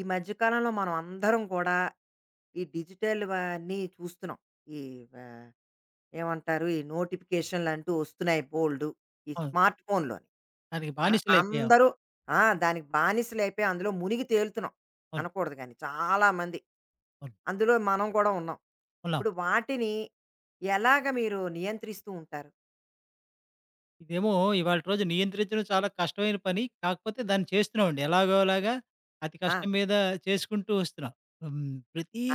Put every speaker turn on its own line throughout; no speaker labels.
ఈ మధ్య కాలంలో మనం అందరం కూడా ఈ డిజిటల్ అన్నీ చూస్తున్నాం. ఈ వా ఏమంటారు? ఈ నోటిఫికేషన్‌లు అంటూ వస్తున్నాయి బోలెడు. ఈ
అవును.
స్మార్ట్ ఫోన్‌లోని.
దానికి
ఆ!
బానిసలయిపోయాం.
అందరూ ఆ! దానికి బానిసలైపోయి అందులో మునిగి తేలుతున్నాం.
అవును.
అనకూడదు గానీ చాలా మంది.
అవును.
అందులో మనం కూడా ఉన్నాం.
ఉన్నాం.
ఇప్పుడు వాటిని ఎలాగ మీరు నియంత్రిస్తూ ఉంటారు?
ఇదేమో ఇవాల్టి రోజు నియంత్రించడం చాలా కష్టమైన పని. కాకపోతే దాన్ని చేస్తున్నామండి. ఎలాగోలాగా అతి
ఆ!
కష్టం మీద చేసుకుంటూ వస్తున్నాం. హ్మ్.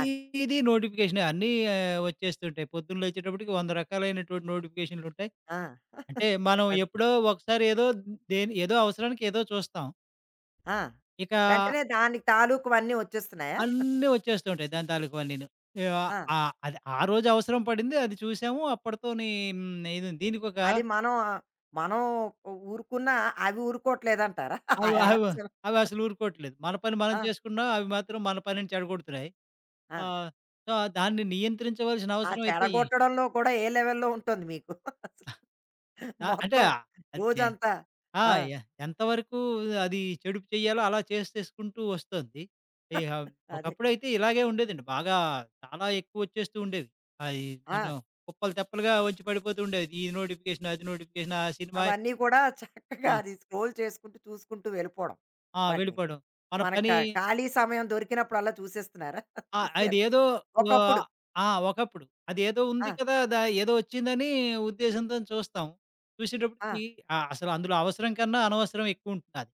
అదే.
నోటిఫికేషనే అన్నీ వచ్చేస్తుంటాయి. పొద్దున్న లేచేటప్పటికి 100 రకాలైనటువంటి నోటిఫికేషన్లుంటాయి.
ఆ!
అంటే మనం
అదే.
ఎప్పుడో ఒకసారి ఏదో ఏదో అవసరానికి ఏదో చూస్తాం.
ఆ!
ఇక
వెంటనే దానికి తాలూకువన్నీ వచ్చేస్తున్నాయా?
అన్నీ వచ్చేస్తూ ఉంటాయి దాని తాలూకువన్నీను. యాహ్!
ఆ!
ఆ! అది ఆ రోజు అవసరం పడింది. అది చూసాము. అప్పటితోని హ్మ్. ఇది దీనికొక
అది మనం మనం ఊరుకున్నా అవి ఊరుకోవట్లేదంటారా? ఆ
అవి అవి
యాప్స్.
అవసలు ఊరుకోవట్లేదు. మన పని మనం
ఆ!
చేసుకున్నాం. అవి మాత్రం మన పనిని చెడగొడుతున్నాయి.
ఆ!
ఆహ్, సో, దాన్ని నియంత్రించవలసిన
ఆ
అవసరం అయితే
చెడగొట్టడంలో కూడా ఏ లెవెల్‌లో ఉంటుంది మీకు? అసలు
అంటే
మొత్తం
అది ఎ
రోజంతా.
ఆ!
ఆ!
ఎ ఎంతవరకు అది చెడుపు చేయాలో అలా చేసేసుకుంటూ వస్తోంది. ఇహ
అదే కదా!
ఒకప్పుడైతే ఇలాగే ఉండేదండి. చాలా ఎక్కువొచ్చేస్తూ ఉండేవి. అయి
ఆ!
మనం కుప్పలు తెప్పలుగా వచ్చి పడిపోతూ ఉండేది. ఈ నోటిఫికేషన్, అది నోటిఫికేషన్, ఆ సినిమా
అవన్నీ కూడా చక్కగా
ఆ!
అది స్క్రోల్ చేసుకుంటూ, చూసుకుంటూ వెళ్ళిపోవడం
ఆ!
వాటిని.
వెళ్ళిపోవడం. మన
మనకు
పని
ఖాళీ సమయం దొరికినప్పుడల్లా చూసేస్తున్నారా?
ఆ!
చూసారు.
అదేదో
ఒకప్పుడు.
ఆహ్, ఆ! ఒకప్పుడు. అదేదో ఉంది
ఆ!
కదా! ఏదో వచ్చిందని ఉద్దేశంతోని చూస్తాం.
ఆ!
చూసేటప్పటికి అసలు అందులో అవసరం కన్నా అనవసరం ఎక్కువుంటది.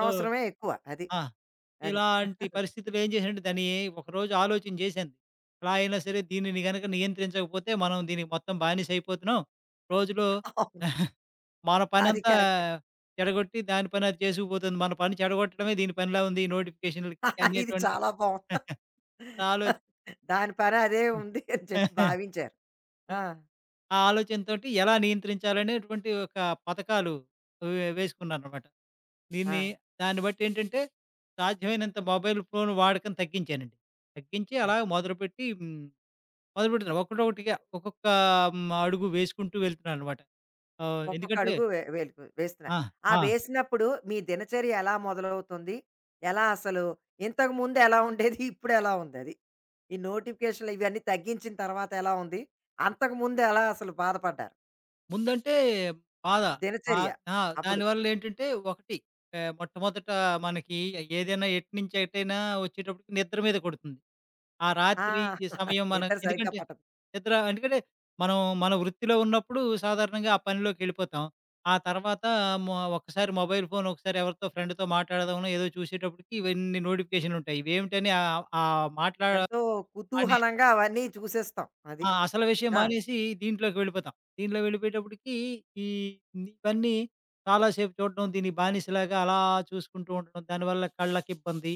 సో
ఎక్కువ. అది.
ఆ!
అది.
ఇలాంటి పరిస్థితుల్లో ఏం చేశానంటే దాన్ని ఒకరోజు ఆలోచన చేశాను. ఎలా అయినా సరే దీనిని గనక నియంత్రించకపోతే మనం దీనికి మొత్తం బానిసైపోతున్నాం. రోజులో
అవును.
మన
అది
పనంతా
కరెక్ట్.
చెడగొట్టి దాని పని అది చేసుకుపోతుంది. మన పని చెడగొట్టడమే దీని పనిలా ఉంది ఈ నోటిఫికేషన్‌లకి
ఇది
అనేటువంటి
చాలా బావుంది.
నా
దాని పని అదే
ఆలోచన.
ఉంది అని చెప్పి భావించారు. ఆ!
ఆ ఆలోచనతోటి ఎలా నియంత్రించాలనేటువంటి ఒక పథకాలు వేసుకున్నాననమాట.
ఆ!
దీన్ని దాన్ని బట్టేంటంటే, సాధ్యమైనంత మొబైల్ ఫోన్ వాడకం తగ్గించానండి. తగ్గించి అలా
అది.
మొదలుపెట్టి మొదలుపెట్టాను. ఒకటొకటిగా ఒక్కొక్క అడుగు వేసుకుంటూ వెళ్తున్నాననమాట.
ఒక్కొక్క
ఎందుకంటే
అడుగు వే వేలుకు వేస్తున్నారు.
ఆ!
ఆ
ఆ!
వేసినప్పుడు మీ దినచర్య ఎలా మొదలవుతుంది? ఎలా అసలు ఇంతకుముందు ఎలా ఉండేది? ఇప్పుడు ఎలా ఉందది? ఈ నోటిఫికేషన్‌లు ఇవన్నీ తగ్గించిన తర్వాత ఎలా ఉంది? అంతకుముందు ఎలా అసలు బాధపడ్డారు?
ముందంటే బాధ.
దినచర్య
ఆహ్, ఆ!
అప్పుడు.
దానివల్లేంటంటే ఒకటి మొట్టమొదట మనకి ఏదైనా ఎటు నుంచి ఎటైనా వచ్చేటప్పటికి నిద్ర మీద కొడుతుంది. ఆ
ఆ!
రాత్రి సమయం మనం
నిద్ర సరిగ్గా
ఎందుకంటే
పట్టదు.
ఎందుకంటే మనం మన వృత్తిలో ఉన్నప్పుడు సాధారణంగా ఆ పనిలోకి వెళ్ళిపోతాం. ఆ తర్వాత ఒక్కసారి మొబైల్ ఫోన్ ఒకసారి ఎవరితో ఫ్రెండ్‌తో మాట్లాడదామనో ఏదో చూసేటప్పటికి ఇవన్నీ నోటిఫికేషన్‌లు ఉంటాయి. ఇవేమిటని మాట్లా
ఎంతో
మానేసి
కుతూహలంగా అవన్నీ చూసేస్తాం. అది.
ఆ! అసలు విషయం
ఆ!
మానేసి దీంట్లోకి వెళ్ళిపోతాం. దీంట్లో వెళ్ళిపోయేటప్పటికి ఈ ఇవన్నీ చాలా సేపు చూడడం, దీనికి బానిసలాగా అలా చూసుకుంటూ ఉండడం, దానివల్ల కళ్ళకి ఇబ్బంది.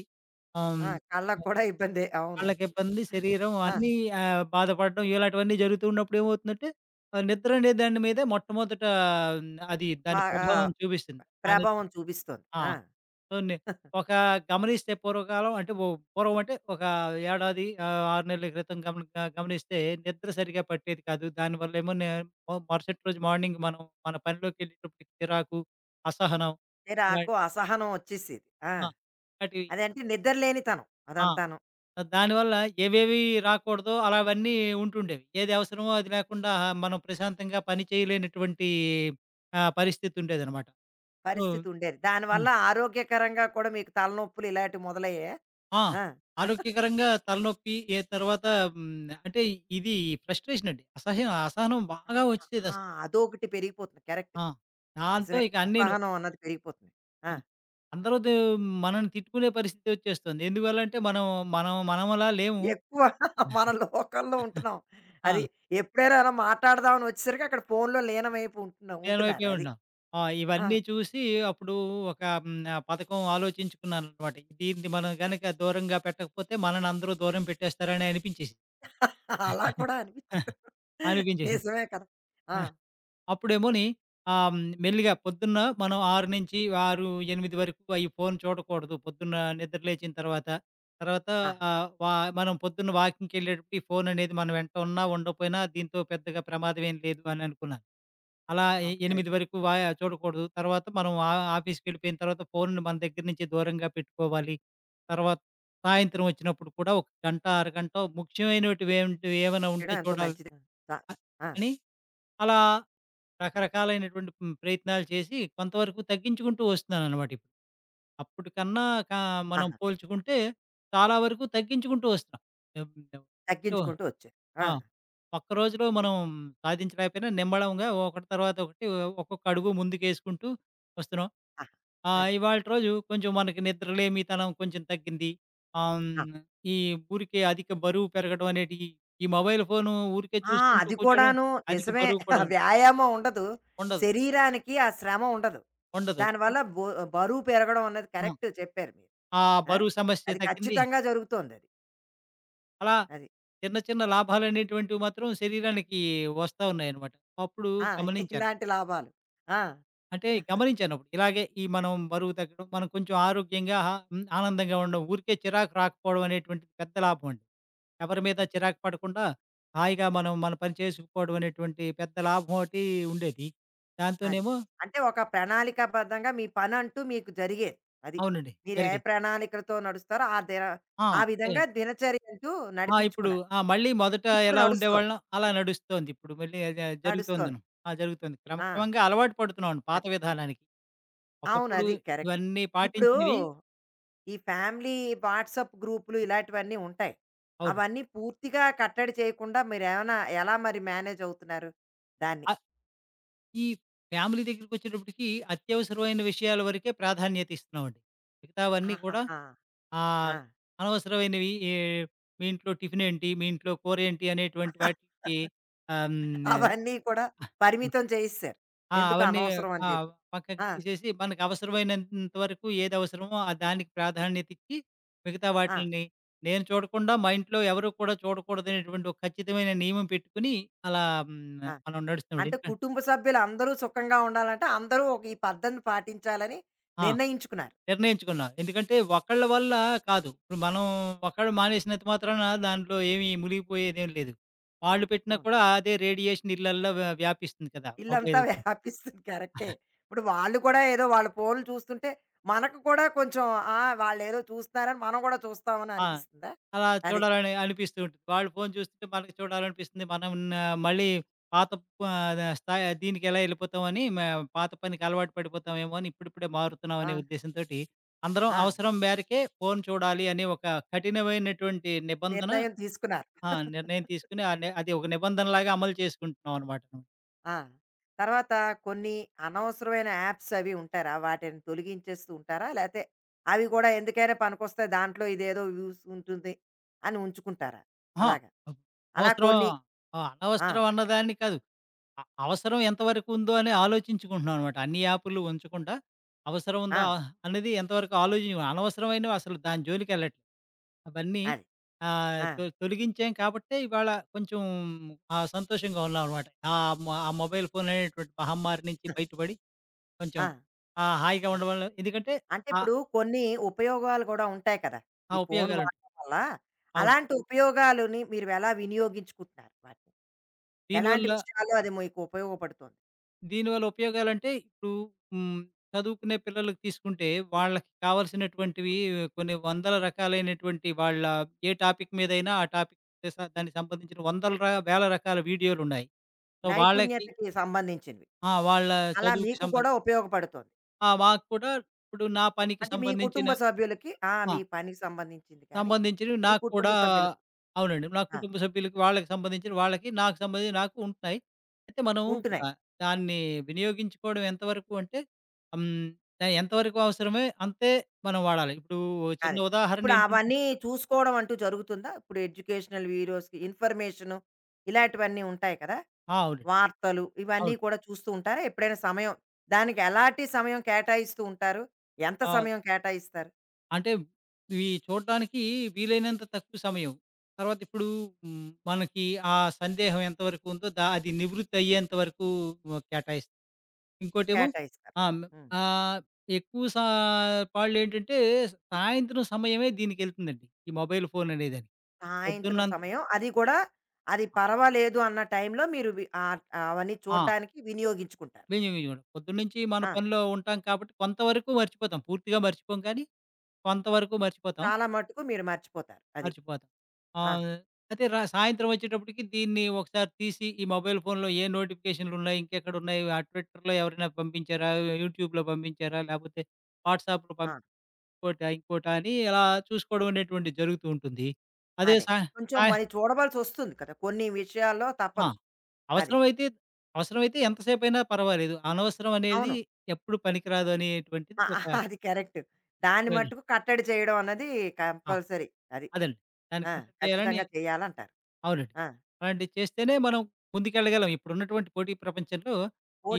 ఆహ్,
ఆ!
హ్మ్.
కళ్ళకి కూడా ఇబ్బందే. అవును.
కళ్ళకిబ్బంది, శరీరం
ఆ!
అన్నీ బాధపడడం ఇలాంటివన్నీ జరుగుతూ ఉన్నప్పుడు ఏమవుతుందంటే, నిద్ర అనే దాని మీదే మొట్టమొదట అది దాని
బాగా
ప్రభావం చూపిస్తుంది. ఆ నిద్ర
ప్రభావం చూపిస్తుంది.
ఆ!
ఆ!
సో, నే ఒక గమనిస్తే పూర్వకాలం అంటే ఓ పూర్వం అంటే ఒక ఏడాది 6 నెలల క్రితం గమనిస్తే నిద్ర సరిగ్గా పట్టేది కాదు. దానివల్లేమో నే మరుసటి రోజు మార్నింగ్ మనం మన పనిలోకెళ్ళేటప్పటికి చిరాకు, అసహనం
నాకు
ఇలాంటి
అసహనం వచ్చేసేది. ఆ!
ఆ! అటివి
అదంటే నిద్ర లేనితనం
ఆ!
అదంతాను.
దానివల్ల ఏవేవి రాకూడదో అలావన్నీ ఉంటుండేవి. ఏది అవసరమో అది లేకుండా మనం ప్రశాంతంగా పని చేయలేనటువంటి పరిస్థితి ఉండేదనమాట. సో
పరిస్థితి ఉండేది. దానివల్ల
హ్మ్.
ఆరోగ్యకరంగా కూడా మీకు తలనొప్పులు ఇలాంటివి మొదలయ్యాయా?
ఆ!
ఆ!
ఆరోగ్యకరంగా తలనొప్పి తర్వాత హ్మ్. అంటే ఇది ఫ్రస్ట్రేషన్ అండి. అసహ్యం, అసహనం
ఆ!
బాగా
ఆ!
వచ్చేదసలు.
అదొకటి పెరిగిపోతుంది. కరెక్ట్.
ఆ! దాంతో
నిజమే.
ఇక అన్నీను.
అసహనం అన్నది పెరిగిపోతుంది. ఆ!
ఆ! అందరూ మనల్ని తిట్టుకునే పరిస్థితి వచ్చేస్తుంది. ఎందువల్లంటే మనం మనమలా లేము.
ఎక్కువ మన లోకంలో ఉంటున్నాం.
ఆ!
అది ఎప్పుడైనా అలా మాట్లాడదాం అని వచ్చేసరికి అక్కడ ఫోన్‌లో లీనమైపు ఉంటున్నా
నేను
ఉంటున్నారు
అయిపోయి
అది.
ఉన్నా. ఆ!
ఆ!
ఇవన్నీ చూసి అప్పుడు ఒక పథకం ఆలోచించుకున్నాననమాట. దీన్ని మనం గనక దూరంగా పెట్టకపోతే మనల్ని అందరూ దూరం పెట్టేస్తారని అనిపించేసింది.
అలా కూడా అనిపించింది.
అనిపించేసింది.
నిజమే కదా! ఆ!
ఆ! అప్పుడేమోని మెల్లిగా పొద్దున్న మనం 6 నుంచి 6, 8 వరకు ఈ ఫోను చూడకూడదు. పొద్దున్న నిద్ర లేచిన తర్వాత. తర్వాత
ఆహా!
ఆహ్, వా మనం పొద్దున్న వాకింగ్‌కెళ్ళేటప్పుడు ఈ ఫోననేది మన వెంట ఉన్నా, ఉండకపోయినా దీంతో పెద్దగా ప్రమాదం ఏం లేదు అని అనుకున్నాను. అలా
అవును. కరెక్ట్.
ఎనిమిది వరకు చూడకూడదు. తర్వాత మనం ఆ ఆఫీస్‌కెళ్ళిపోయిన తర్వాత ఫోన్‌ని మన దగ్గర నుంచి దూరంగా పెట్టుకోవాలి. తర్వాత సాయంత్రం వచ్చినప్పుడు కూడా ఒక గంట, అరగంటో ముఖ్యమైనటివేంటివి ఏమైనా ఉంటే
చేయడం ఎంతో
చూడాలి
మంచిది. త
అ
ఆ!
అని అలా రకరకాలైనటువంటి ప్రయత్నాలు చేసి కొంతవరకు తగ్గించుకుంటూ వస్తున్నాననమాట ఇప్పుడు. అప్పటికన్నా కా మనం
ఆహా!
పోల్చుకుంటే చాలా వరకు తగ్గించుకుంటూ వస్తున్నాం. ఎం డవ్ టో
తగ్గించుకుంటూ వచ్చారు. ఆ!
ఆ! ఒక్క రోజులో మనం సాధించలేకపోయినా నిమ్మడంగా ఒకటి తర్వాత ఒకటి ఒక్కొక్క అడుగు ముందుకేసుకుంటూ వస్తున్నాం.
ఆహా! అది.
ఇవాల్టి రోజు కొంచెం మనకి నిద్రలేమితనం కొంచెం తగ్గింది. ఆహ్,
ఆ!
హ్మ్. ఈ ఊరికే అధిక బరువు పెరగడం అనేటియి, ఈ మొబైల్ ఫోను ఊరికే
ఆ!
చూసుకుంటూ
అది
కూర్చోడం
కూడాను.
అధిక
నిజమే.
బరువు కూడా
వ్యాయామం ఉండదు.
ఉండదు.
శరీరానికి ఆ శ్రమ ఉండదు.
ఉండదు.
దానివల్ల బరువు పెరగడం అన్నది
ఆ!
కరెక్ట్ చెప్పారు మీరు.
ఆ
ఆ!
బరువు సమస్య
అది
తగ్గింది.
ఖచ్చితంగా జరుగుతోందది.
అలా
అది. అది
చిన్న చిన్న లాభాలనేటువంటివి మాత్రం శరీరానికి వస్తా ఉన్నాయన్నమాట. అప్పుడు
ఆ!
గమనించాను.
ఇలాంటి లాభాలు. ఆ!
అంటే గమనించానప్పుడు. ఇలాగే ఈ మనం బరువు తగ్గడం, మనం కొంచెం ఆరోగ్యంగా ఆనందంగా ఉండడం. ఊరికే చిరాకు రాకపోవడం అనేటువంటిది పెద్ద లాభం అండి. ఎవరి మీద
అది.
చిరాకు పడకుండా హాయిగా మనం మన పని చేసుకుపోవడం అనేటువంటి పెద్ద లాభం ఒకటి ఉండేది.
అది.
దాంతోనేమో
అంటే ఒక ప్రణాళికాబద్ధంగా మీ పనంటూ మీకు జరిగేది. అది.
అవునండి.
మీరు ఏ
జరిగింది.
ప్రణాళికలతో నడుస్తారో ఆ దిన
ఆ!
ఆ
అంటే
విధంగా దినచర్య అంటూ
ఆ! ఇప్పుడు
నడిపించుకున్నారు.
ఆ! మళ్ళీ మొదట
ఇప్పుడు
ఎలా
నడుస్తోంది.
ఉండేవాళ్ళం అలా నడుస్తోంది. ఇప్పుడు మళ్ళీ అదే
నడుస్తోంది.
జరుగుతోందిను. ఆ! జరుగుతోంది.
ఆ!
క్రమక్రమంగా అలవాటు పడుతున్నామండి పాత
అది.
విధానానికి.
అవును.
ఒకప్పుడు
అది కరెక్ట్.
ఇవన్నీ
ఇప్పుడు
పాటించినవి
ఈ ఫ్యామిలీ వాట్సాప్ గ్రూపులు ఇలాంటివన్నీ ఉంటాయి.
అవును.
అవన్నీ పూర్తిగా కట్టడి చేయకుండా మీరేమైనా ఎలా మరి మేనేజ్ అవుతున్నారు దాన్ని?
ఈ ఫ్యామిలీ దగ్గరికొచ్చేటప్పటికి అత్యవసరమైన విషయాల వరకే ప్రాధాన్యత ఇస్తున్నామండి. మిగతావన్నీ కూడా
ఆహాహా! ఆ!
ఆహ్, అనవసరమైనవి మీ ఇంట్లో టిఫినేంటి? మీ ఇంట్లో కూరేంటి? అనేటువంటి వాటికి ఆహ్,
అవన్నీ కూడా
హ్మ్.
పరిమితం చేసేశారు.
ఆ!
ఎందుకు
అవన్నీ
అనవసరం అని
ఆ!
చెప్పి.
పక్కకి
ఆ!
తీసేసి మనకు అవసరమైనంత వరకు ఏది అవసరమో ఆ దానికి ప్రాధాన్యత ఇచ్చి, మిగతా
ఆ!
వాటిల్ని నేను చూడకుండా మా ఇంట్లో ఎవరు కూడా చూడకూడదనేటువంటి ఒక ఖచ్చితమైన నియమం పెట్టుకొని అలా
ఆ!
హ్మ్. మనం నడుస్తున్నామండి.
అంటే
ఎందుకంటే
కుటుంబ సభ్యులందరూ సుఖంగా ఉండాలంటే అందరూ ఒక ఈ పద్ధతిని పాటించాలని
ఆ!
నిర్ణయించుకున్నారు.
నిర్ణయించుకున్నా. ఎందుకంటే ఒకళ్ళ వల్ల కాదు. ఇప్పుడు మనం ఒక్కళ్ళు మానేసినంత మాత్రాన దాంట్లో ఏమి మునిగిపోయేదేం లేదు. వాళ్ళు పెట్టినా
అవును.
కూడా అదే రేడియేషన్ ఇళ్ళల్లో వ్యాపిస్తుంది కదా!
ఇల్లంతా
మొబైల్
వ్యాపిస్తుంది. కరెక్టే. ఇప్పుడు వాళ్ళు కూడా ఏదో వాళ్ళ ఫోన్‌లు చూస్తుంటే, మనకు కూడా కొంచెం ఆ! వాళ్ళేదో చూస్తున్నారని మనం కూడా చూస్తామని
ఆ!
అనిపిస్తుందా?
అలా
అది.
చూడాలని అనిపిస్తూ ఉంటుంది. వాళ్ళు ఫోను చూస్తుంటే మనకి చూడాలనిపిస్తుంది. మనం మళ్ళీ పాత ప ఆ, స్థాయి దీనికి ఎలా ఎళ్ళిపోతామని పాత పనికి అలవాటు పడిపోతామేమో అని ఇప్పుడిప్పుడే మారుతున్నాం
ఆ!
అనే ఉద్దేశంతోటి అందరం
ఆ!
అవసరం మేరకే ఫోను చూడాలి అనే ఒక కఠినమైనటువంటి నిబంధన
నిర్ణయం తీసుకున్నారు.
ఆ! నిర్ణయం తీసుకొని ఆ! అది ఒక నిబంధనలాగా అమలు చేసుకుంటున్నాం అనమాట.
ఆ! తర్వాత కొన్ని అనవసరమైన యాప్స్ అవి ఉంటారా? వాటిని తొలగించేస్తూ ఉంటారా? లేతే అవి కూడా ఎందుకైనా పనికొస్తాయి. దాంట్లో ఇదేదో యూజ్ ఉంటుంది అని ఉంచుకుంటారా?
అహా!
అలాగా.
అబ్
అలా
అవసరం
కొన్ని
ఆ!
ఆ!
అనవసరం అన్నదాన్ని కాదు. అవసరం ఎంతవరకు ఉందో అని ఆలోచించుకుంటున్నాం అనమాట. అన్ని యాపులు ఉంచకుండా అవసరం
ఆ!
ఉందా అనేది ఎంతవరకు అనవసరమైనవి అసలు దాని జోలికెళ్ళట్లేదు. అవన్నీ
అది. ఆ!
తొలగించాం కాబట్టే ఇవాళ కొంచెం సంతోషంగా ఉన్నాం అనమాట. ఆ మొబైల్ ఫోన్ అనేటువంటి మహమ్మారి నుంచి బయటపడి కొంచెం
ఆ!
హాయిగా
అది.
ఉండడం వల్ల ఎందుకంటే
అంటే
ఆ!
ఇప్పుడు కొన్ని ఉపయోగాలు కూడా ఉంటాయి కదా!
ఆ
ఈ ఫోను
ఉపయోగాలుంటాయి.
వాడటం వల్ల.
అవును.
అలాంటి ఉపయోగాలని మీరు ఎలా వినియోగించుకుంటున్నారు వాటిని? ఎలాంటి
దీనివల్ల
విషయాల్లో అది మీకు ఉపయోగపడుతోంది?
దీనివల్ల ఉపయోగాలంటే ఇప్పుడు హ్మ్. చదువుకునే పిల్లలకి తీసుకుంటే వాళ్ళకి కావాల్సినటువంటివి కొన్ని వందల రకాలైనటువంటి వాళ్ళ ఏ టాపిక్ మీదైనా ఆ టాపిక్ దానికి సంబంధించిన వందల వేల రకాల వీడియోలున్నాయి. వాళ్ళకి
నైపుణ్యతకి సంబంధించినవి.
ఆ! వాళ్ళ
అలా
చదువుకి
మీకు కూడా
సంబంధించి
ఉపయోగపడుతోంది.
ఆ! మాకు కూడా ఇప్పుడు నా పనికి
అంటే మీ
సంబంధించిన
కుటుంబ సభ్యులకి ఆ! మీ
ఆ!
పనికి సంబంధించింది కానీ,
సంబంధించినవి
మీ
నాకు
కుటుంబ
కూడా
సభ్యులకి
అవునండి. నా
ఆ!
కుటుంబ సభ్యులకి, వాళ్ళకి సంబంధించినవి వాళ్ళకి, నాకు సంబంధించినవి నాకు ఉంటున్నాయి. అయితే మనం
ఉంటున్నాయి.
దా దాన్ని వినియోగించుకోవడం ఎంతవరకు అంటే హ్మ్. ఎంతవరకు అవసరమే అంతే మనం వాడాలి. ఇప్పుడు ఓ చిన్న
అదే.
ఉదాహరణ
ఇప్పుడు
ఏంటంటే
అవన్నీ చూసుకోవడం అంటూ జరుగుతుందా? ఇప్పుడు ఎడ్యుకేషనల్ వీడియోస్‌కి ఇన్ఫర్మేషను ఇలాంటివన్నీ ఉంటాయి కదా!
ఆ! అవునండి.
వార్తలు ఇవన్నీ
అవును.
కూడా చూస్తూ ఉంటారా? ఎప్పుడైనా సమయం దానికి ఎలాంటి సమయం కేటాయిస్తూ ఉంటారు? ఎంత
ఆ!
సమయం కేటాయిస్తారు?
అంటే ఇవి చూడడానికి వీలైనంత తక్కువ సమయం. తర్వాత ఇప్పుడు హ్మ్. మనకి ఆ సందేహం ఎంతవరకు ఉందో అది నివృత్తి అయ్యేంత వరకు కేటాయిస్తాం. ఇంకోటేమో
కేటాయిస్తారు.
ఆ! హ్మ్.
హ్మ్.
ఆహ్, ఎక్కువ సా పాళ్ళేంటంటే సాయంత్రం సమయమే దీనికెళ్తుందండి. ఈ మొబైల్ ఫోన్ అనేదని.
సాయంత్రం
పొద్దున్నంత
సమయం అది కూడా అది పర్వాలేదు అన్న టైంలో మీరు అవన్నీ
ఆ!
చూడడానికి వినియోగించుకుంటారు.
బింజింగ్ చూడం. పొద్దున్నుంచి మన
ఆ!
పనిలో ఉంటాం కాబట్టి కొంతవరకు మర్చిపోతాం. పూర్తిగా మర్చిపోం కానీ, కొంతవరకు మర్చిపోతాం.
చాలా మటుకు మీరు మర్చిపోతారు. అది.
మర్చిపోతాం.
ఆ!
ఆహ్, అయితే సాయంత్రం వచ్చేటప్పటికి దీన్ని ఒకసారి తీసి ఈ మొబైల్ ఫోన్‌లో ఏ నోటిఫికేషన్‌లున్నాయి, ఇంకెక్కడున్నాయి, ఆ ట్విట్టర్‌లో ఎవరైనా పంపించారా, యూట్యూబ్‌లో పంపించారా, లేపోతే వాట్సాప్‌లో
ఆ!
ఇంకోటా, ఇంకోటా అని ఇలా చూసుకోవడం అనేటువంటిది జరుగుతూ ఉంటుంది. అదే
అదే.
సా
కొంచెం
సాయ
మరి చూడవలసొస్తుంది కదా! కొన్ని విషయాల్లో
ఆ!
తప్పదు. అది.
అవసరమైతే అవసరమైతే ఎంతసేపైనా పర్వాలేదు. అనవసరం అనేది
అవును.
ఎప్పుడు పనికిరాదు అనేటువంటిది
ఆ!
ఒక
ఆ, అది కరెక్ట్. దాన్ని
పోయిన
మట్టుకు కట్టడి చేయడం అన్నది
ఆ!
కంపల్సరీ. అది.
అదండి. దాన్ని
ఆ!
కంట్రోల్ చేయాలని
ఖచ్చితంగా చేయాలంటారు.
అవునండి.
ఆ!
అలాంటివి చేస్తేనే మనం ముందుకెళ్ళగలం. ఇప్పుడున్నటువంటి పోటీ ప్రపంచంలో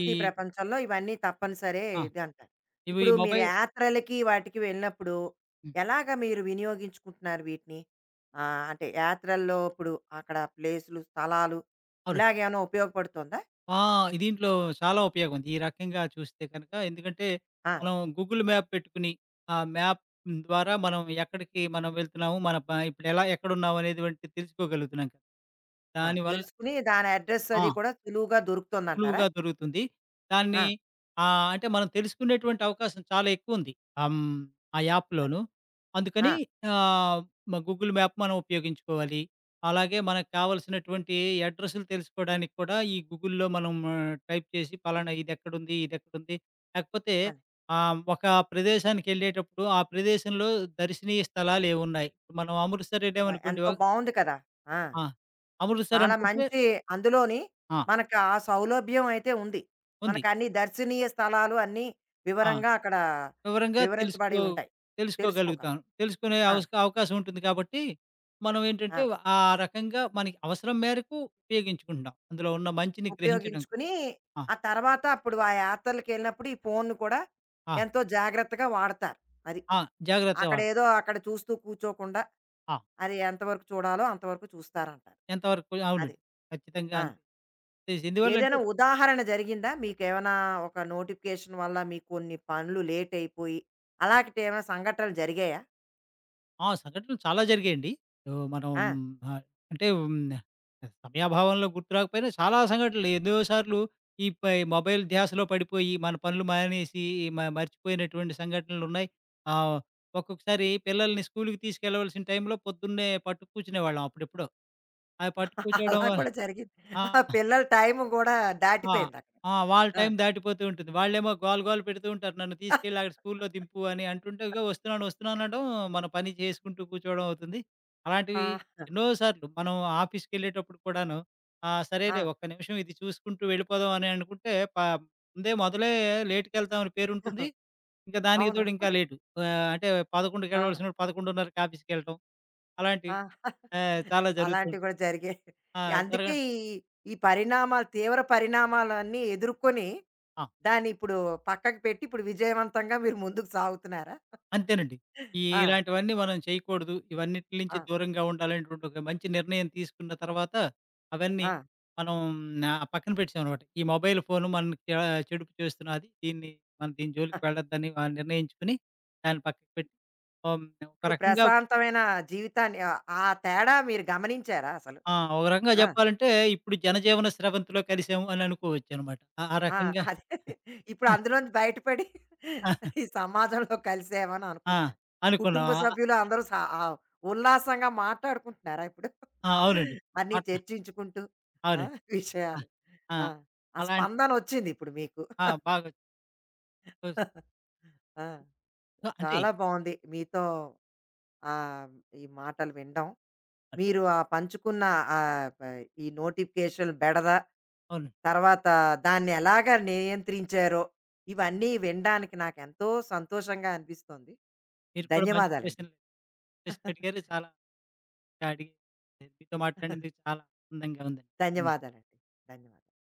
ఈ
ప్రపంచంలో ఇవన్నీ తప్పనిసరే
ఆ!
ఇదంటారు.
ఇవి ఈ
ఇప్పుడు మీరు
మొబైల్
యాత్రలకి వాటికి వెళ్ళినప్పుడు
హ్మ్.
ఎలాగా మీరు వినియోగించుకుంటున్నారు వీటిని? అంటే యాత్రల్లో ఇప్పుడు అక్కడ ప్లేసులు, స్థలాలు
అవునండి.
ఇలాగేమైనా ఉపయోగపడుతుందా?
ఆ! దీంట్లో చాలా ఉపయోగం ఉంది. ఈ రకంగా చూస్తే కనుక ఎందుకంటే,
ఆ!
మనం గూగుల్ మ్యాప్ పెట్టుకుని, ఆ మ్యాప్ ద్వారా మనం ఎక్కడికి మనం వెళ్తున్నాము, మన ప ఇప్పుడెలా ఎక్కడున్నామనేటువంటి తెలుసుకోగలుగుతున్నాం కదా!
ఆ!
దానివల్ల
తెలుసుకుని దాని అడ్రెస్
ఆ!
అది కూడా సులువుగా దొరుకుతుందంటారా?
సులువుగా దొరుకుతుంది. దాన్ని
ఆ!
అంటే మనం తెలుసుకునేటువంటి అవకాశం చాలా ఎక్కువుంది. ఆహ్, హ్మ్. ఆ
అది.
యాప్‌లోను. అందుకని
ఆ!
ఆహ్, గూగుల్ మ్యాప్ మనం ఉపయోగించుకోవాలి. అలాగే మనకు కావాల్సినటువంటి అడ్రెస్‌లు తెలుసుకోవడానికి కూడా ఈ గూగుల్‌లో మనం టైప్ చేసి పలానా ఇదెక్కడుంది? ఇదెక్కడుంది? లేకపోతే
అది.
ఒక ప్రదేశానికెళ్ళేటప్పుడు ఆ ప్రదేశంలో దర్శనీయ స్థలాలేవున్నాయి? మనం అమృత్సర్ ఎళ్ళామనుకోండి.
ఎంతో బావుంది కదా! ఆ!
ఆ! అమృత్సర్
చాలా
అనుకుంటే
మంచి అందులోని
ఆ!
మనకు ఆ సౌలభ్యం అయితే ఉంది.
ఉంది.
మనకు అన్ని దర్శనీయ స్థలాలు అన్నీ
ఆ!
వివరంగా అక్కడ
వివరంగా
వివరించబడి ఉంటాయి. తెలుసుకోగలం.
తెలుసుకోగలుగుతాను. తెలుసుకునే
ఆ!
అవకాశం ఉంటుంది కాబట్టి, మనం
ఆ!
ఏంటంటే ఆ రకంగా మనకి అవసరం మేరకు ఉపయోగించుకుంటున్నాం. అందులో ఉన్న మంచిని గ్రహించడం
ఉపయోగించుకుని
ఆ!
ఆ తర్వాత అప్పుడు ఆ యాత్రలకెళ్ళినప్పుడు ఈ ఫోన్‌ను కూడా
ఆ!
ఎంతో జాగ్రత్తగా వాడతారు. అది.
ఆ! జాగ్రత్తగా వాడు.
అక్కడేదో అక్కడ చూస్తూ కూర్చోకుండా
ఆ!
అది ఎంతవరకు చూడాలో అంతవరకు చూస్తారంటారు.
ఎంతవరకు
అది.
అవునండి. ఖచ్చితంగా
ఆ!
అంతే. ఎందువల్లంటే
ఏదైనా ఉదాహరణ జరిగిందా? మీకేమైనా ఒక నోటిఫికేషన్ వల్ల మీకు కొన్ని పనులు లేట్ అయిపోయి, అలాంటివి ఏమైనా సంఘటనలు జరిగాయా?
ఆ! సంఘటనలు చాలా జరిగాయండి. ఆహ్, మనం
ఆ!
ఆహ్, అంటే హ్మ్. సమయాభావంలో గుర్తు రాకపోయినా చాలా సంఘటనలు ఎన్నో సార్లు ఈ పై మొబైల్ ధ్యాసలో పడిపోయి మన పనులు మానేసి మర్చిపోయినటువంటి సంఘటనలున్నాయి. ఆహ్, ఒక్కొక్కసారి పిల్లల్ని స్కూలుకి తీసుకెళ్ళవలసిన టైంలో పొద్దున్నే పట్టుకు కూర్చునేవాళ్ళం అప్పుడెప్పుడో. ఆ పట్టుకు కూర్చోవడం
అలా
వల్ల
కూడా జరిగింది.
ఆ!
ఆ పిల్లల టైమ్ గూడా
ఆ!
దాటిపోయిందక్కడ.
ఆ! వాళ్ళ
ఆ!
టైం దాటిపోతూ ఉంటుంది. వాళ్ళేమో గోల గోల పెడుతూ ఉంటారు. నన్ను తీసుకెళ్ళి అక్కడ స్కూల్‌లో దింపు అని అంటుంటే, ఇగో వస్తున్నాను, వస్తున్నాను అనడం, మన పని చేసుకుంటూ కూర్చోవడం అవుతుంది.
ఆ!
అలాంటివి ఎన్నో సార్లు మనం ఆఫీస్‌కెళ్ళేటప్పుడు కూడాను ఆ!
ఆ!
సరేలే ఒక్క నిమిషం ఇది చూసుకుంటూ వెళ్ళిపోదాం అని అనుకుంటే, మొదలే లేట్‌కెళ్తామని పేరుంటుంది. ఇంకా దానికి
అవును.
తోడు ఇంకా లేటు. అంటే 11:00
ఆ!
వెళ్ళవలసినోడు 11:30కి ఆఫీస్‌కెళ్ళటం
ఆ!
అలాంటివి చాలా జరుగుతూ
అలాంటివి
ఉంటాయి.
గూడా జరిగాయి.
ఆ!
అందుకే
జరగ
ఈ, ఈ పరిణామాలు తీవ్ర పరిణామాలన్నీ ఎదుర్కొని,
ఆ!
దాన్ని ఇప్పుడు పక్కకు పెట్టి, ఇప్పుడు విజయవంతంగా మీరు ముందుకు సాగుతున్నారా?
అంతేనండి. ఈ
ఆ!
ఇలాంటివన్నీ మనం చేయకూడదు. ఇవన్నిటి నుంచి
ఆ!
దూరంగా ఉండాలనేటువంటి ఒక మంచి నిర్ణయం తీసుకున్న తర్వాత, అవన్నీ
ఆ!
మనం పక్కన పెట్టేసామనమాట. ఈ మొబైల్ ఫోను మనకి చెడుపు చేస్తున్నది. దీన్ని మనం దీని
ఆ!
జోలికి వెళ్ళొద్దని నిర్ణయించుకొని దాన్ని పక్కకు పెట్టి ఆహ్, ఒక
ఇప్పుడు
రకంగా
ప్రశాంతమైన జీవితాన్ని ఆ ఆ తేడా మీరు గమనించారా అసలు?
ఆ! ఒక రకంగా
ఆ!
చెప్పాలంటే ఇప్పుడు జనజీవన స్రవంతిలో కలిసాము అని అనుకోవచ్చనమాట. ఆ ఆ
ఆ!
రకంగా
అదే ఇప్పుడు అందులోంచి బయటపడి ఈ సమాజంలో కలిసేమని
ఆ!
అనుకుంటున్నాను.
అనుకున్నాం.
కుటుంబ
ఆ!
సభ్యులు అందరూ స ఆ ఉల్లాసంగా మాట్లాడుకుంటున్నారా ఇప్పుడు?
అవునండి.
అన్నీ
అట్లా
చర్చించుకుంటూ ఆ!
అవునండి. ఆ!
విషయాలు.
ఆ!
ఆ! ఆ
అలాంటి
స్పందనొచ్చింది ఇప్పుడు మీకు.
ఆ! బాగా
ఆ!
అంటే
చాలా బావుంది మీతో ఆహ్, ఈ మాటలు వినడం. మీరు ఆ పంచుకున్న ఆ ప ఈ నోటిఫికేషన్ బెడద,
అవునండి.
తర్వాత దాన్ని ఎలాగా నియంత్రించారో, ఇవన్నీ వినడానికి నాకెంతో సంతోషంగా అనిపిస్తోంది.
మీరు కూడా మంచి
ధన్యవాదాలండి.
ప్రశ్నలు ప్రశ్నలు అడిగారు. చాలా అడిగి మీతో మాట్లాడినందుకు చాలా ఆనందంగా ఉందండి. ధన్య
ధన్యవాదాలండి. ధన్యవాదాలు.